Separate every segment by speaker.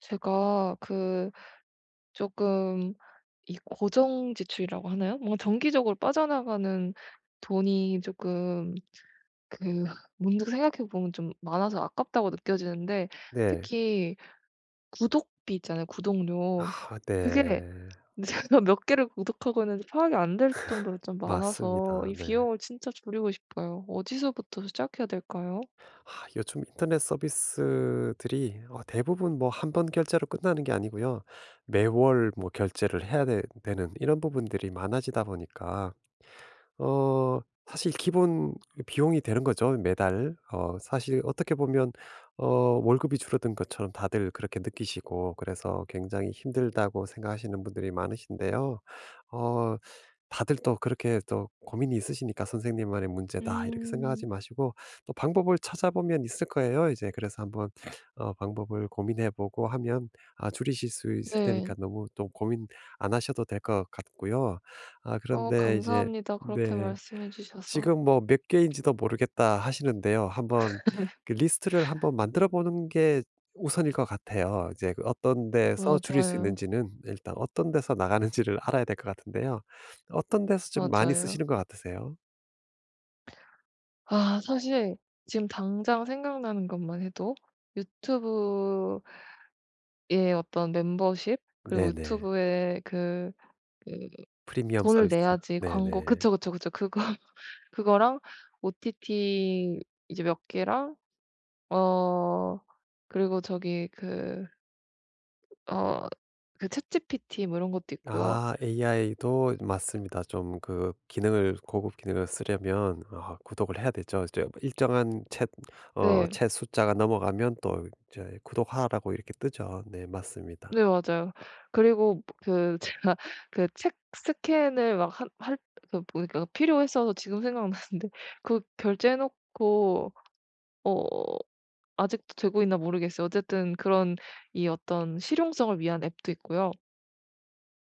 Speaker 1: 제가 그 조금 이 고정 지출이라고 하나요? 뭔가 정기적으로 빠져나가는 돈이 조금 그 문득 생각해 보면 좀 많아서 아깝다고 느껴지는데
Speaker 2: 네.
Speaker 1: 특히 구독비 있잖아요, 구독료.
Speaker 2: 아
Speaker 1: 그게
Speaker 2: 네.
Speaker 1: 제가 몇 개를 구독하고 있는지 파악이 안 될 정도로 좀 많아서
Speaker 2: 맞습니다.
Speaker 1: 이
Speaker 2: 네.
Speaker 1: 비용을 진짜 줄이고 싶어요. 어디서부터 시작해야 될까요?
Speaker 2: 아 요즘 인터넷 서비스들이 대부분 뭐 한 번 결제로 끝나는 게 아니고요. 매월 뭐 결제를 해야 되 되는 이런 부분들이 많아지다 보니까 어 사실 기본 비용이 되는 거죠, 매달. 사실 어떻게 보면 어 월급이 줄어든 것처럼 다들 그렇게 느끼시고, 그래서 굉장히 힘들다고 생각하시는 분들이 많으신데요. 어 다들 또 그렇게 또 고민이 있으시니까 '선생님만의 문제다.' 이렇게 생각하지
Speaker 1: 음.
Speaker 2: 마시고 또 방법을 찾아보면 있을 거예요. 이제 그래서 한번 방법을 고민해 보고 하면 아 줄이실 수 있을 테니까
Speaker 1: 네.
Speaker 2: 너무 또 고민 안 하셔도 될 것 같고요. 아
Speaker 1: 어
Speaker 2: 그런데 이제
Speaker 1: 감사합니다. 그렇게
Speaker 2: 네.
Speaker 1: 말씀해 주셔서.
Speaker 2: 지금 뭐 몇 개인지도 모르겠다 하시는데요. 한번 그 리스트를 한번 만들어 보는 게 우선일 것 같아요. 이제 그 어떤 데서 줄일 수
Speaker 1: 맞아요.
Speaker 2: 있는지는 일단 어떤 데서 나가는지를 알아야 될 것 같은데요. 어떤 데서 좀 많이 쓰시는
Speaker 1: 맞아요.
Speaker 2: 것 같으세요?
Speaker 1: 아 사실 지금 당장 생각나는 것만 해도 유튜브의 어떤 멤버십, 그리고
Speaker 2: 네네.
Speaker 1: 유튜브에 그
Speaker 2: 프리미엄
Speaker 1: 돈을
Speaker 2: 서비스.
Speaker 1: 내야지 광고.
Speaker 2: 네네.
Speaker 1: 그쵸, 그쵸, 그쵸. 그거 그거랑 OTT 이제 몇 개랑 어 그리고 저기 그 어 그 챗지피티 뭐 이런 것도 있고요.
Speaker 2: 아 AI도 맞습니다. 좀 그 기능을, 고급 기능을 쓰려면 아 구독을 해야 되죠. 이제 일정한 챗
Speaker 1: 네.
Speaker 2: 챗 숫자가 넘어가면 또 이제 구독하라고 이렇게 뜨죠. 네 맞습니다.
Speaker 1: 네 맞아요. 그리고 그 제가 그 책 스캔을 막 한 할 그 보니까 필요했어서 지금 생각나는데 그 결제해 놓고 어 아직도 되고 있나 모르겠어요. 어쨌든 그런 이 어떤 실용성을 위한 앱도 있고요.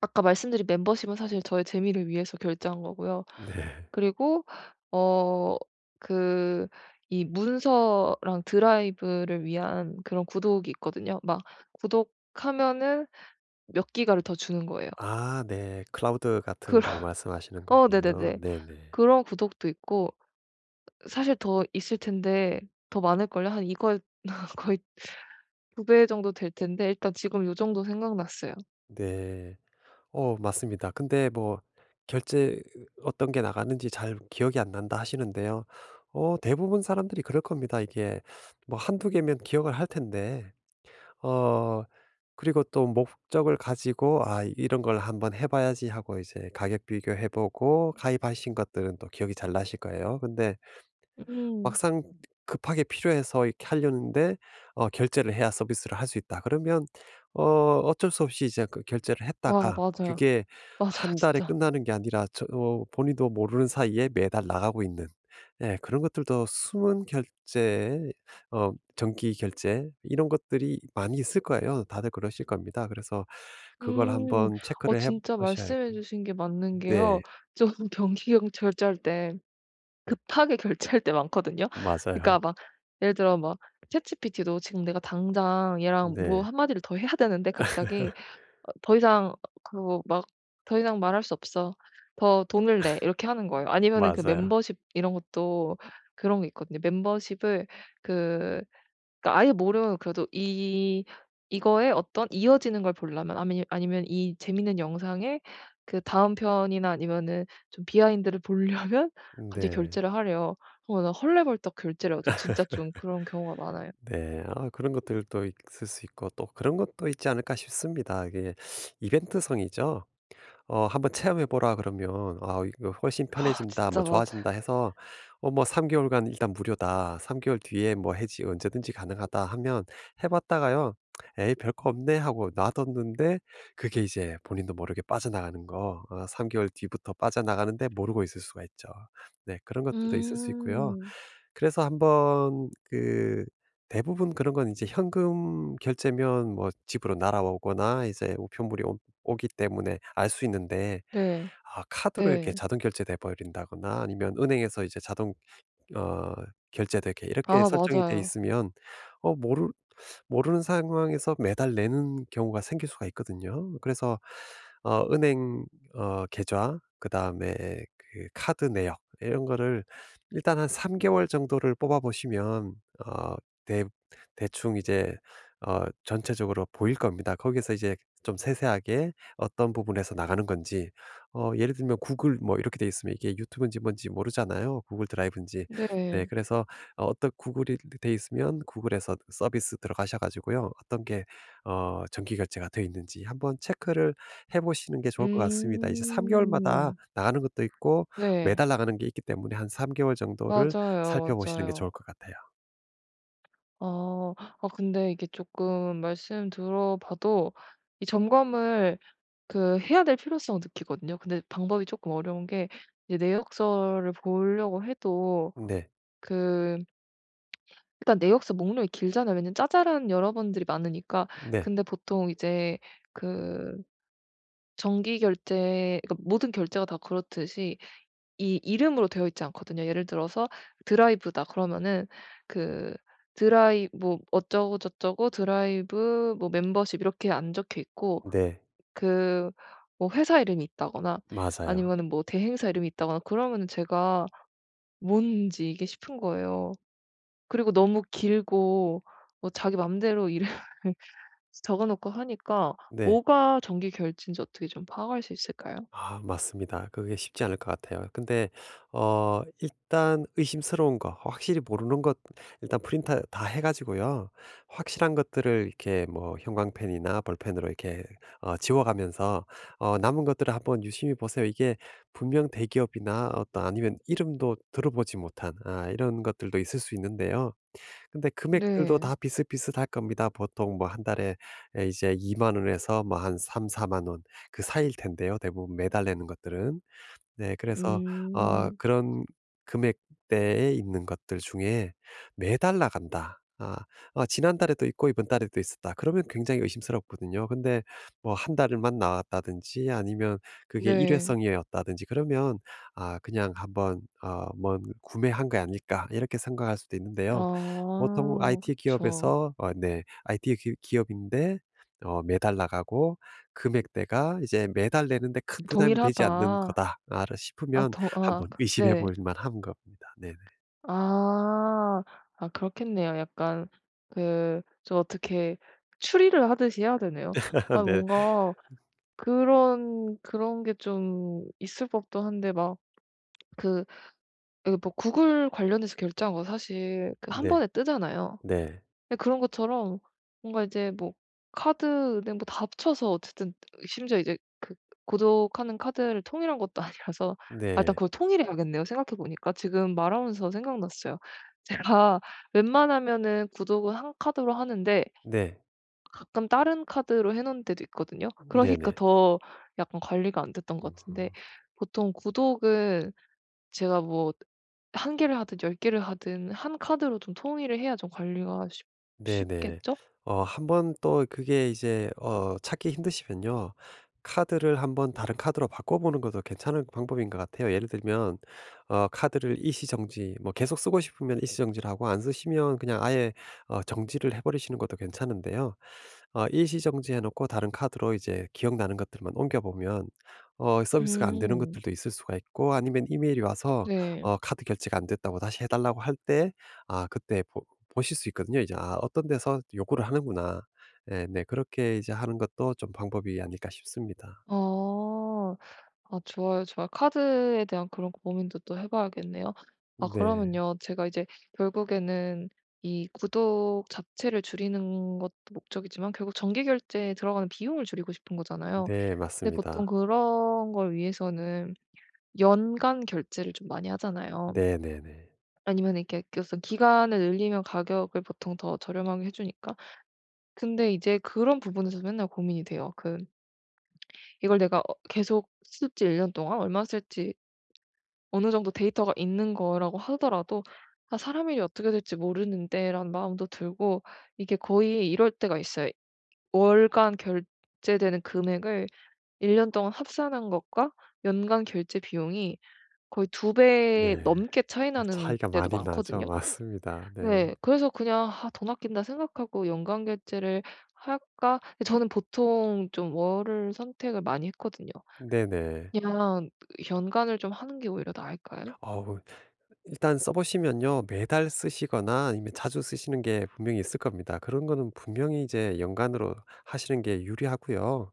Speaker 1: 아까 말씀드린 멤버십은 사실 저의 재미를 위해서 결제한 거고요.
Speaker 2: 네.
Speaker 1: 그리고 어 그 이 문서랑 드라이브를 위한 그런 구독이 있거든요. 막 구독하면은 몇 기가를 더 주는 거예요.
Speaker 2: 아 네. 클라우드 같은
Speaker 1: 그런
Speaker 2: 거 말씀하시는
Speaker 1: 어
Speaker 2: 거군요.
Speaker 1: 네네네.
Speaker 2: 네네.
Speaker 1: 그런 구독도 있고 사실 더 있을 텐데 더 많을걸요? 한 이거에 거의 2배 정도 될 텐데 일단 지금 요 정도 생각났어요.
Speaker 2: 네. 맞습니다. 근데 뭐 결제 어떤 게 나가는지 잘 기억이 안 난다 하시는데요. 대부분 사람들이 그럴 겁니다. 이게 뭐 한두 개면 기억을 할 텐데 어 그리고 또 목적을 가지고 '아 이런 걸 한번 해 봐야지.' 하고 이제 가격 비교해 보고 가입하신 것들은 또 기억이 잘 나실 거예요. 근데
Speaker 1: 음.
Speaker 2: 막상 급하게 필요해서 이렇게 하려는데 결제를 해야 서비스를 할 수 있다. 그러면 어 어쩔 수 없이 이제 그 결제를
Speaker 1: 와
Speaker 2: 했다가
Speaker 1: 맞아요.
Speaker 2: 그게
Speaker 1: 맞아요
Speaker 2: 한 달에
Speaker 1: 진짜.
Speaker 2: 끝나는 게 아니라 저 본인도 모르는 사이에 매달 나가고 있는, 예 그런 것들도, 숨은 결제 정기 결제 이런 것들이 많이 있을 거예요. 다들 그러실 겁니다. 그래서 그걸
Speaker 1: 음.
Speaker 2: 한번
Speaker 1: 어
Speaker 2: 체크를 해
Speaker 1: 진짜
Speaker 2: 보셔야 할
Speaker 1: 말씀해
Speaker 2: 건.
Speaker 1: 주신 게 맞는
Speaker 2: 네.
Speaker 1: 게요. 좀 경기경 결제할 때 급하게 결제할 때 많거든요.
Speaker 2: 맞아요.
Speaker 1: 그러니까 막 예를 들어 막 챗GPT도 지금 내가 당장 얘랑 뭐
Speaker 2: 네.
Speaker 1: 한 마디를 더 해야 되는데 갑자기 어 "더 이상 그 막 더 이상 말할 수 없어. 더 돈을 내." 이렇게 하는 거예요. 아니면은 그
Speaker 2: 맞아요.
Speaker 1: 멤버십 이런 것도 그런 게 있거든요. 멤버십을 그 그러니까 아예 모르면 그래도 이 이거에 어떤 이어지는 걸 보려면 아미 아니면 이 재밌는 영상의 그 다음 편이나 아니면은 좀 비하인드를 보려면 갑자기
Speaker 2: 네.
Speaker 1: 결제를 하래요. 어 나 헐레벌떡 결제를 하죠. 진짜 좀 그런 경우가 많아요.
Speaker 2: 네. 아 그런 것들도 있을 수 있고, 또 그런 것도 있지 않을까 싶습니다. 이게 이벤트성이죠. "한번 체험해 보라." 그러면 "아 이거 훨씬
Speaker 1: 아
Speaker 2: 편해진다." 뭐
Speaker 1: 진짜
Speaker 2: "좋아진다."
Speaker 1: 맞아요.
Speaker 2: 해서 뭐 "3 개월간 일단 무료다. 3 개월 뒤에 뭐 해지 언제든지 가능하다." 하면 해 봤다가요. '에이 별거 없네.' 하고 놔뒀는데, 그게 이제 본인도 모르게 빠져나가는 거, 3 개월 뒤부터 빠져나가는데 모르고 있을 수가 있죠. 네 그런 것들도 있을 수 있고요.
Speaker 1: 음.
Speaker 2: 그래서 한번 그 대부분 그런 건 이제 현금 결제면 뭐 집으로 날아오거나 이제 우편물이 온 오기 때문에 알 수 있는데,
Speaker 1: 네.
Speaker 2: 아 카드로 이렇게
Speaker 1: 네.
Speaker 2: 자동 결제돼 버린다거나 아니면 은행에서 이제 자동 어 결제되게 이렇게
Speaker 1: 아
Speaker 2: 설정이 돼
Speaker 1: 맞아요.
Speaker 2: 있으면 어 모르 모르는 상황에서 매달 내는 경우가 생길 수가 있거든요. 그래서 은행 계좌 그다음에 그 카드 내역 이런 거를 일단 한 3 개월 정도를 뽑아 보시면 어 대 대충 이제 전체적으로 보일 겁니다. 거기서 이제 좀 세세하게 어떤 부분에서 나가는 건지, 예를 들면 구글 뭐 이렇게 돼 있으면 이게 유튜브인지 뭔지 모르잖아요, 구글 드라이브인지. 네.
Speaker 1: 네.
Speaker 2: 그래서 어떤 구글이 돼 있으면 구글에서 서비스 들어가셔 가지고요. 어떤 게 정기 결제가 되어 있는지 한번 체크를 해 보시는 게 좋을 것 같습니다. 이제 3 개월마다
Speaker 1: 음.
Speaker 2: 나가는 것도 있고
Speaker 1: 네.
Speaker 2: 매달 나가는 게 있기 때문에 한 3 개월 정도를
Speaker 1: 맞아요,
Speaker 2: 살펴보시는 게 좋을
Speaker 1: 맞아요.
Speaker 2: 것 같아요.
Speaker 1: 아. 아 근데 이게 조금 말씀 들어봐도 이 점검을 그 해야 될 필요성을 느끼거든요. 근데 방법이 조금 어려운 게 이제 내역서를 보려고 해도
Speaker 2: 네.
Speaker 1: 그 일단 내역서 목록이 길잖아요. 왜냐면 짜잘한 여러 번들이 많으니까.
Speaker 2: 네.
Speaker 1: 근데 보통 이제 그 정기 결제, 그러니까 모든 결제가 다 그렇듯이 이 이름으로 되어 있지 않거든요. 예를 들어서 드라이브다 그러면은 그 드라이 뭐 어쩌고 저쩌고 드라이브 뭐 멤버십 이렇게 안 적혀 있고
Speaker 2: 네.
Speaker 1: 그 뭐 회사 이름이 있다거나
Speaker 2: 맞아요.
Speaker 1: 아니면은 뭐 대행사 이름이 있다거나 그러면은 제가 뭔지 이게 싶은 거예요. 그리고 너무 길고 뭐 자기 맘대로 이름을 적어 놓고 하니까
Speaker 2: 네.
Speaker 1: 뭐가 정기 결제인지 어떻게 좀 파악할 수 있을까요?
Speaker 2: 아 맞습니다. 그게 쉽지 않을 것 같아요. 근데 일단 의심스러운 거, 확실히 모르는 것, 일단 프린터 다 해 가지고요. 확실한 것들을 이렇게 뭐 형광펜이나 볼펜으로 이렇게 지워 가면서 남은 것들을 한번 유심히 보세요. 이게 분명 대기업이나 어떤, 아니면 이름도 들어보지 못한 아 이런 것들도 있을 수 있는데요. 근데 금액들도
Speaker 1: 네.
Speaker 2: 다 비슷비슷할 겁니다. 보통 뭐 한 달에 에, 이제 2만 원에서 뭐 한3 4만 원 그 사이일 텐데요, 대부분 매달 내는 것들은. 네. 그래서
Speaker 1: 음.
Speaker 2: 그런 금액대에 있는 것들 중에 매달 나간다, 아 아, '지난달에도 있고 이번 달에도 있었다.' 그러면 굉장히 의심스럽거든요. 근데 뭐 한 달만 나왔다든지 아니면 그게
Speaker 1: 네.
Speaker 2: 일회성이었다든지 그러면 '아 그냥 한번 뭔 구매한 거 아닐까.' 이렇게 생각할 수도 있는데요. 보통
Speaker 1: 아
Speaker 2: IT
Speaker 1: 그쵸.
Speaker 2: 기업에서 네 IT 기 기업인데 매달 나가고 금액대가 이제 매달 내는데 큰 부담이 되지
Speaker 1: "동일하다."
Speaker 2: 않는 거다 아
Speaker 1: 아
Speaker 2: 싶으면
Speaker 1: 더아
Speaker 2: 한번
Speaker 1: 그,
Speaker 2: 의심해
Speaker 1: 네.
Speaker 2: 볼 만한 겁니다. 네네.
Speaker 1: 아. 아 그렇겠네요. 약간 그 좀 어떻게 추리를 하듯이 해야 되네요. 아
Speaker 2: 네.
Speaker 1: 뭔가 그런 그런 게 좀 있을 법도 한데 막 그 예 뭐 구글 관련해서 결제한 거 사실 그 한
Speaker 2: 네.
Speaker 1: 번에 뜨잖아요.
Speaker 2: 네.
Speaker 1: 근데 그런 것처럼 뭔가 이제 뭐 카드, 은행 뭐 다 합쳐서 어쨌든 심지어 이제 그 고독하는 카드를 통일한 것도 아니라서 아 일단
Speaker 2: 네.
Speaker 1: 그걸 통일해야겠네요 생각해 보니까. 지금 말하면서 생각났어요. 제가 웬만하면은 구독은 한 카드로 하는데
Speaker 2: 네.
Speaker 1: 가끔 다른 카드로 해 놓은 때도 있거든요. 그러니까
Speaker 2: 네네.
Speaker 1: 더 약간 관리가 안 됐던 것 같은데
Speaker 2: 음.
Speaker 1: 보통 구독은 제가 뭐 한 개를 하든 열 개를 하든 한 카드로 좀 통일을 해야 좀 관리가 쉽
Speaker 2: 네네.
Speaker 1: 쉽겠죠?
Speaker 2: 한번 또 그게 이제 찾기 힘드시면요. 카드를 한번 다른 카드로 바꿔 보는 것도 괜찮은 방법인 것 같아요. 예를 들면 카드를 일시정지, 뭐 계속 쓰고 싶으면 일시정지를 하고 안 쓰시면 그냥 아예 정지를 해 버리시는 것도 괜찮은데요. 일시정지 해 놓고 다른 카드로 이제 기억나는 것들만 옮겨 보면 서비스가 안 되는
Speaker 1: 음.
Speaker 2: 것들도 있을 수가 있고, 아니면 이메일이 와서
Speaker 1: 네.
Speaker 2: "카드 결제가 안 됐다."고 다시 해 달라고 할 때 아 그때 보 보실 수 있거든요. 이제 '아 어떤 데서 요구를 하는구나.' 네 네. 그렇게 이제 하는 것도 좀 방법이 아닐까 싶습니다.
Speaker 1: 아. 아 좋아요, 좋아요. 카드에 대한 그런 고민도 또 해 봐야겠네요. 아
Speaker 2: 네.
Speaker 1: 그러면요. 제가 이제 결국에는 이 구독 자체를 줄이는 것도 목적이지만 결국 정기 결제에 들어가는 비용을 줄이고 싶은 거잖아요.
Speaker 2: 네
Speaker 1: 근데 보통
Speaker 2: 맞습니다.
Speaker 1: 그런 걸 위해서는 연간 결제를 좀 많이 하잖아요.
Speaker 2: 네네네. 네.
Speaker 1: 아니면 이렇게 어떤 기간을 늘리면 가격을 보통 더 저렴하게 해 주니까. 근데 이제 그런 부분에서 맨날 고민이 돼요. 그 이걸 내가 어 계속 쓸지1년 동안 얼마 쓸지 어느 정도 데이터가 있는 거라고 하더라도 '아 사람 일이 어떻게 될지 모르는데.'라는 마음도 들고 이게 거의 이럴 때가 있어요. 월간 결제되는 금액을 1년 동안 합산한 것과 연간 결제 비용이 거의 두
Speaker 2: 네.
Speaker 1: 배 넘게 차이
Speaker 2: 네,
Speaker 1: 나는
Speaker 2: 차이가
Speaker 1: 때도
Speaker 2: 많이 나죠.
Speaker 1: 많거든요.
Speaker 2: 맞습니다. 네.
Speaker 1: 네. 그래서 그냥 '아 돈 아낀다.' 생각하고 '연간 결제를 할까?' 근데 저는 보통 좀 월을 선택을 많이 했거든요.
Speaker 2: 네네.
Speaker 1: 그냥 연간을 좀 하는 게 오히려 나을까요?
Speaker 2: 어우 일단 써 보시면요. 매달 쓰시거나 아니면 자주 쓰시는 게 분명히 있을 겁니다. 그런 거는 분명히 이제 연간으로 하시는 게 유리하고요.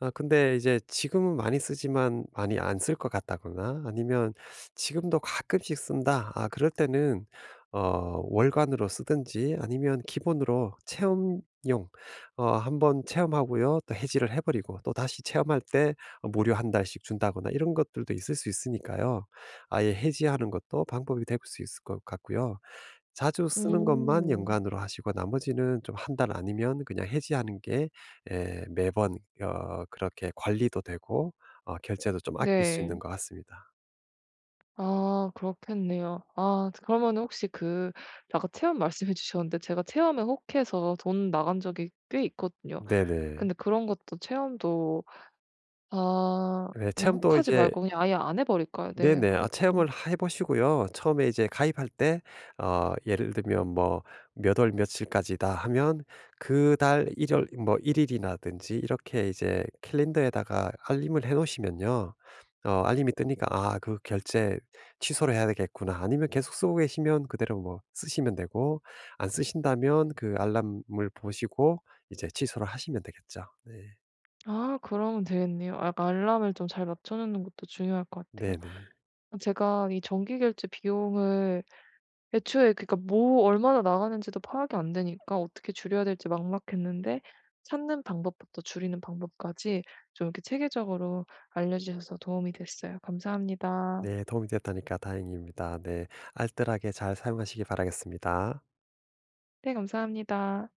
Speaker 2: 아 근데 이제 지금은 많이 쓰지만 많이 안 쓸 것 같다거나 아니면 지금도 가끔씩 쓴다, 아 그럴 때는 월간으로 쓰든지 아니면 기본으로 체험용 한번 체험하고요. 또 해지를 해 버리고 또다시 체험할 때 무료 한 달씩 준다거나 이런 것들도 있을 수 있으니까요. 아예 해지하는 것도 방법이 될 수 있을 것 같고요. 자주 쓰는 것만 연
Speaker 1: 음.
Speaker 2: 관으로 하시고 나머지는 좀 한 달, 아니면 그냥 해지하는 게 예 매번 그렇게 관리도 되고 결제도 좀 아낄 수 있는
Speaker 1: 네.
Speaker 2: 것 같습니다.
Speaker 1: 아 그렇겠네요. 아 그러면은 혹시 그 아까 체험 말씀해 주셨는데 제가 체험에 혹해서 돈 나간 적이 꽤 있거든요.
Speaker 2: 네네.
Speaker 1: 근데 그런 것도 체험도 아
Speaker 2: 네.
Speaker 1: 그냥
Speaker 2: 체험도
Speaker 1: 혹하지
Speaker 2: 이제
Speaker 1: 말고 그냥 아예 안 해 버릴까요? 네
Speaker 2: 네네. 아
Speaker 1: 그것도.
Speaker 2: 체험을 해 보시고요. 처음에 이제 가입할 때 예를 들면 뭐 몇 월 며칠까지다 하면 그 달 1 월뭐 일 일이라든지 이렇게 이제 캘린더에다가 알림을 해 놓으시면요. 알림이 뜨니까 '아 그 결제 취소를 해야 되겠구나.' 아니면 계속 쓰고 계시면 그대로 뭐 쓰시면 되고, 안 쓰신다면 그 알람을 보시고 이제 취소를 하시면 되겠죠. 네.
Speaker 1: 아 그러면 되겠네요. 아 약간 알람을 좀 잘 맞춰 놓는 것도 중요할 것 같아요.
Speaker 2: 네네.
Speaker 1: 제가 이 정기 결제 비용을 애초에 그러니까 뭐 얼마나 나가는지도 파악이 안 되니까 어떻게 줄여야 될지 막막했는데 찾는 방법부터 줄이는 방법까지 좀 이렇게 체계적으로 알려주셔서 도움이 됐어요. 감사합니다.
Speaker 2: 네. 도움이 됐다니까 다행입니다. 네. 알뜰하게 잘 사용하시기 바라겠습니다.
Speaker 1: 네 감사합니다.